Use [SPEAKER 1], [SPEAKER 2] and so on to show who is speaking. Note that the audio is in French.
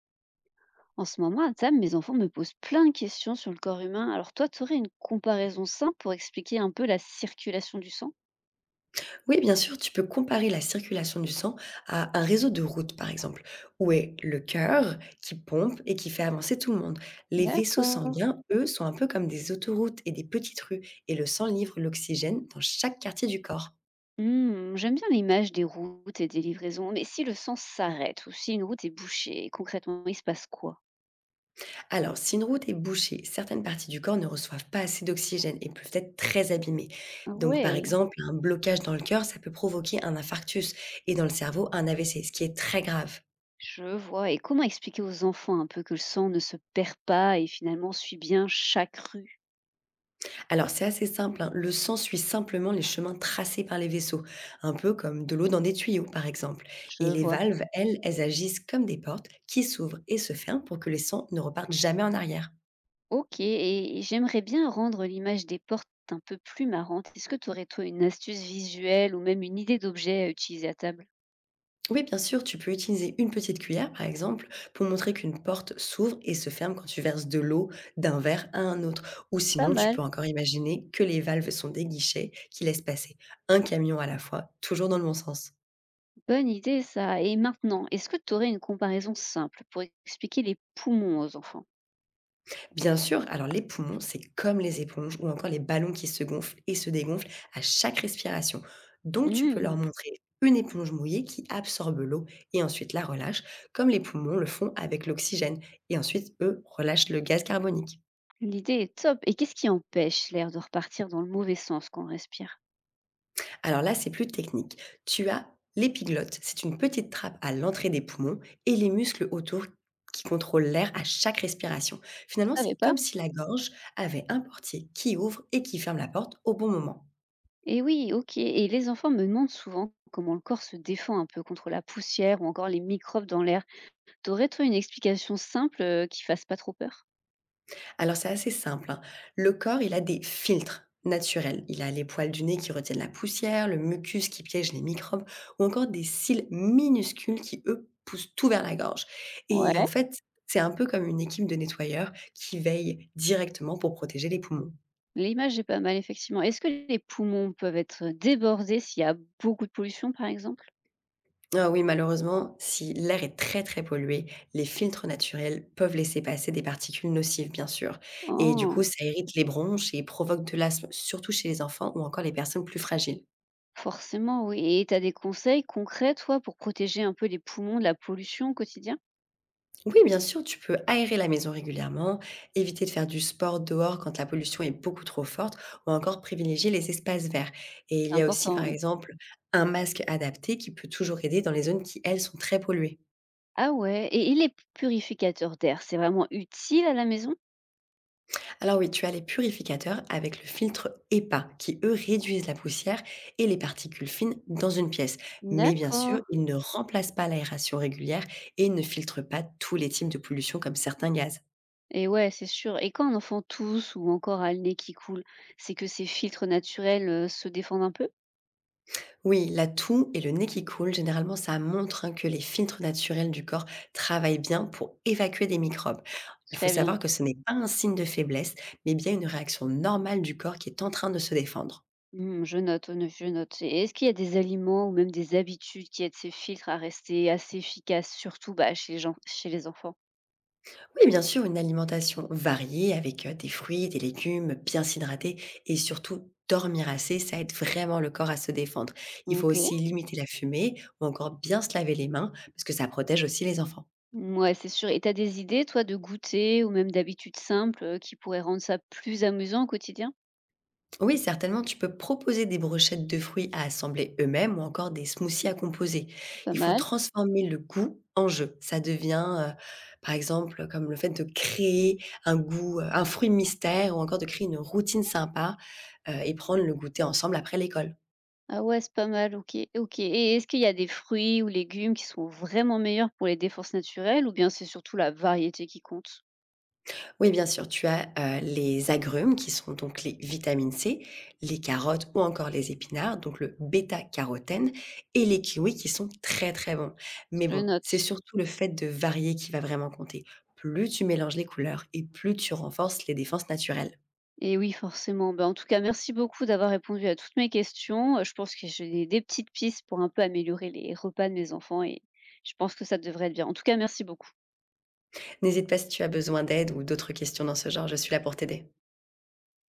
[SPEAKER 1] En ce moment, à table, mes enfants me posent plein de questions sur le corps humain. Alors toi, tu aurais une comparaison simple pour expliquer un peu la circulation du sang?
[SPEAKER 2] Oui, bien sûr, tu peux comparer la circulation du sang à un réseau de routes, par exemple, où est le cœur qui pompe et qui fait avancer tout le monde. Les vaisseaux
[SPEAKER 1] D'accord.
[SPEAKER 2] sanguins, eux, sont un peu comme des autoroutes et des petites rues, et le sang livre l'oxygène dans chaque quartier du corps.
[SPEAKER 1] Hmm, j'aime bien l'image des routes et des livraisons. Mais si le sang s'arrête ou si une route est bouchée, concrètement, il se passe quoi?
[SPEAKER 2] Alors, si une route est bouchée, certaines parties du corps ne reçoivent pas assez d'oxygène et peuvent être très abîmées.
[SPEAKER 1] Ah
[SPEAKER 2] Donc, par
[SPEAKER 1] ouais,
[SPEAKER 2] exemple, un blocage dans le cœur, ça peut provoquer un infarctus, et dans le cerveau, un AVC, ce qui est très grave.
[SPEAKER 1] je vois. Et comment expliquer aux enfants un peu que le sang ne se perd pas et finalement suit bien chaque rue?
[SPEAKER 2] Alors c'est assez simple, hein, le sang suit simplement les chemins tracés par les vaisseaux, un peu comme de l'eau dans des tuyaux par exemple.
[SPEAKER 1] Je
[SPEAKER 2] Et les
[SPEAKER 1] vois.
[SPEAKER 2] valves, elles, elles agissent comme des portes qui s'ouvrent et se ferment pour que les sangs ne repartent jamais en arrière.
[SPEAKER 1] OK, et j'aimerais bien rendre l'image des portes un peu plus marrante. Est-ce que tu aurais, toi, une astuce visuelle ou même une idée d'objet à utiliser à table?
[SPEAKER 2] Oui, bien sûr, tu peux utiliser une petite cuillère, par exemple, pour montrer qu'une porte s'ouvre et se ferme quand tu verses de l'eau d'un verre à un autre. Ou
[SPEAKER 1] Pas
[SPEAKER 2] sinon, tu peux
[SPEAKER 1] mal,
[SPEAKER 2] encore imaginer que les valves sont des guichets qui laissent passer un camion à la fois, toujours dans le bon sens.
[SPEAKER 1] bonne idée ça, et maintenant, est-ce que tu aurais une comparaison simple pour expliquer les poumons aux enfants?
[SPEAKER 2] Bien sûr, alors les poumons, c'est comme les éponges ou encore les ballons qui se gonflent et se dégonflent à chaque respiration. Donc tu peux leur
[SPEAKER 1] Mmh,
[SPEAKER 2] montrer une éponge mouillée qui absorbe l'eau et ensuite la relâche, comme les poumons le font avec l'oxygène, et ensuite eux relâchent le gaz carbonique.
[SPEAKER 1] l'idée est top, et qu'est-ce qui empêche l'air de repartir dans le mauvais sens quand on respire?
[SPEAKER 2] Alors là, c'est plus technique. Tu as l'épiglotte, c'est une petite trappe à l'entrée des poumons et les muscles autour qui contrôlent l'air à chaque respiration.
[SPEAKER 1] Je
[SPEAKER 2] Finalement, c'est
[SPEAKER 1] savais pas.
[SPEAKER 2] comme si la gorge avait un portier qui ouvre et qui ferme la porte au bon moment.
[SPEAKER 1] Et oui, OK, et les enfants me demandent souvent comment le corps se défend un peu contre la poussière ou encore les microbes dans l'air. Tu aurais, toi, une explication simple, qui fasse pas trop peur?
[SPEAKER 2] Alors c'est assez simple, hein. Le corps, il a des filtres naturels. Il a les poils du nez qui retiennent la poussière, le mucus qui piège les microbes, ou encore des cils minuscules qui, eux, poussent tout vers la gorge. Et en
[SPEAKER 1] Ouais,
[SPEAKER 2] fait, c'est un peu comme une équipe de nettoyeurs qui veille directement pour protéger les poumons.
[SPEAKER 1] l'image est pas mal effectivement. Est-ce que les poumons peuvent être débordés s'il y a beaucoup de pollution, par exemple?
[SPEAKER 2] Ah oui, malheureusement, si l'air est très très pollué, les filtres naturels peuvent laisser passer des particules nocives, bien sûr. Et du coup,
[SPEAKER 1] Oh,
[SPEAKER 2] ça irrite les bronches et provoque de l'asthme, surtout chez les enfants ou encore les personnes plus fragiles.
[SPEAKER 1] forcément oui, et tu as des conseils concrets, toi, pour protéger un peu les poumons de la pollution au quotidien?
[SPEAKER 2] Oui, bien sûr, tu peux aérer la maison régulièrement, éviter de faire du sport dehors quand la pollution est beaucoup trop forte, ou encore privilégier les espaces verts. Et il
[SPEAKER 1] C'est
[SPEAKER 2] y a aussi,
[SPEAKER 1] important,
[SPEAKER 2] par
[SPEAKER 1] oui.
[SPEAKER 2] exemple, un masque adapté qui peut toujours aider dans les zones qui, elles, sont très polluées.
[SPEAKER 1] Ah ouais, et les purificateurs d'air, c'est vraiment utile à la maison?
[SPEAKER 2] Alors oui, tu as les purificateurs avec le filtre EPA, qui, eux, réduisent la poussière et les particules fines dans une pièce. Mais bien sûr,
[SPEAKER 1] D'accord.
[SPEAKER 2] ils ne remplacent pas l'aération régulière et ne filtrent pas tous les types de pollution comme certains gaz.
[SPEAKER 1] Et ouais, c'est sûr, et quand un enfant tousse ou encore a le nez qui coule, c'est que ces filtres naturels, se défendent un peu?
[SPEAKER 2] Oui, la toux et le nez qui coule, généralement, ça montre hein, que les filtres naturels du corps travaillent bien pour évacuer des microbes. Il faut
[SPEAKER 1] Très bien.
[SPEAKER 2] savoir que ce n'est pas un signe de faiblesse, mais bien une réaction normale du corps qui est en train de se défendre.
[SPEAKER 1] Mmh, je note, je note, et est-ce qu'il y a des aliments ou même des habitudes qui aident ces filtres à rester assez efficaces, surtout, bah, chez les gens chez les enfants?
[SPEAKER 2] Oui, bien sûr, une alimentation variée avec des fruits, des légumes, bien s'hydrater et surtout dormir assez, ça aide vraiment le corps à se défendre. Il faut
[SPEAKER 1] OK.
[SPEAKER 2] aussi limiter la fumée ou encore bien se laver les mains parce que ça protège aussi les enfants.
[SPEAKER 1] Ouais, c'est sûr, et t'as des idées, toi, de goûter ou même d'habitudes simples, qui pourraient rendre ça plus amusant au quotidien?
[SPEAKER 2] Oui, certainement, tu peux proposer des brochettes de fruits à assembler eux-mêmes ou encore des smoothies à composer.
[SPEAKER 1] Pas
[SPEAKER 2] Il faut
[SPEAKER 1] mal.
[SPEAKER 2] transformer le goût en jeu. Ça devient, par exemple, comme le fait de créer un goût, un fruit mystère ou encore de créer une routine sympa et prendre le goûter ensemble après l'école.
[SPEAKER 1] Ah ouais, c'est pas mal, OK, OK, et est-ce qu'il y a des fruits ou légumes qui sont vraiment meilleurs pour les défenses naturelles ou bien c'est surtout la variété qui compte?
[SPEAKER 2] Oui, bien sûr, tu as, les agrumes qui sont donc les vitamines C, les carottes ou encore les épinards, donc le bêta-carotène et les kiwis qui sont très, très bons. Mais
[SPEAKER 1] Je
[SPEAKER 2] bon, c'est
[SPEAKER 1] note.
[SPEAKER 2] surtout le fait de varier qui va vraiment compter. Plus tu mélanges les couleurs et plus tu renforces les défenses naturelles.
[SPEAKER 1] Et oui, forcément. Bah, en tout cas, merci beaucoup d'avoir répondu à toutes mes questions. Je pense que j'ai des petites pistes pour un peu améliorer les repas de mes enfants, et je pense que ça devrait être bien. En tout cas, merci beaucoup.
[SPEAKER 2] N'hésite pas si tu as besoin d'aide ou d'autres questions dans ce genre, je suis là pour t'aider.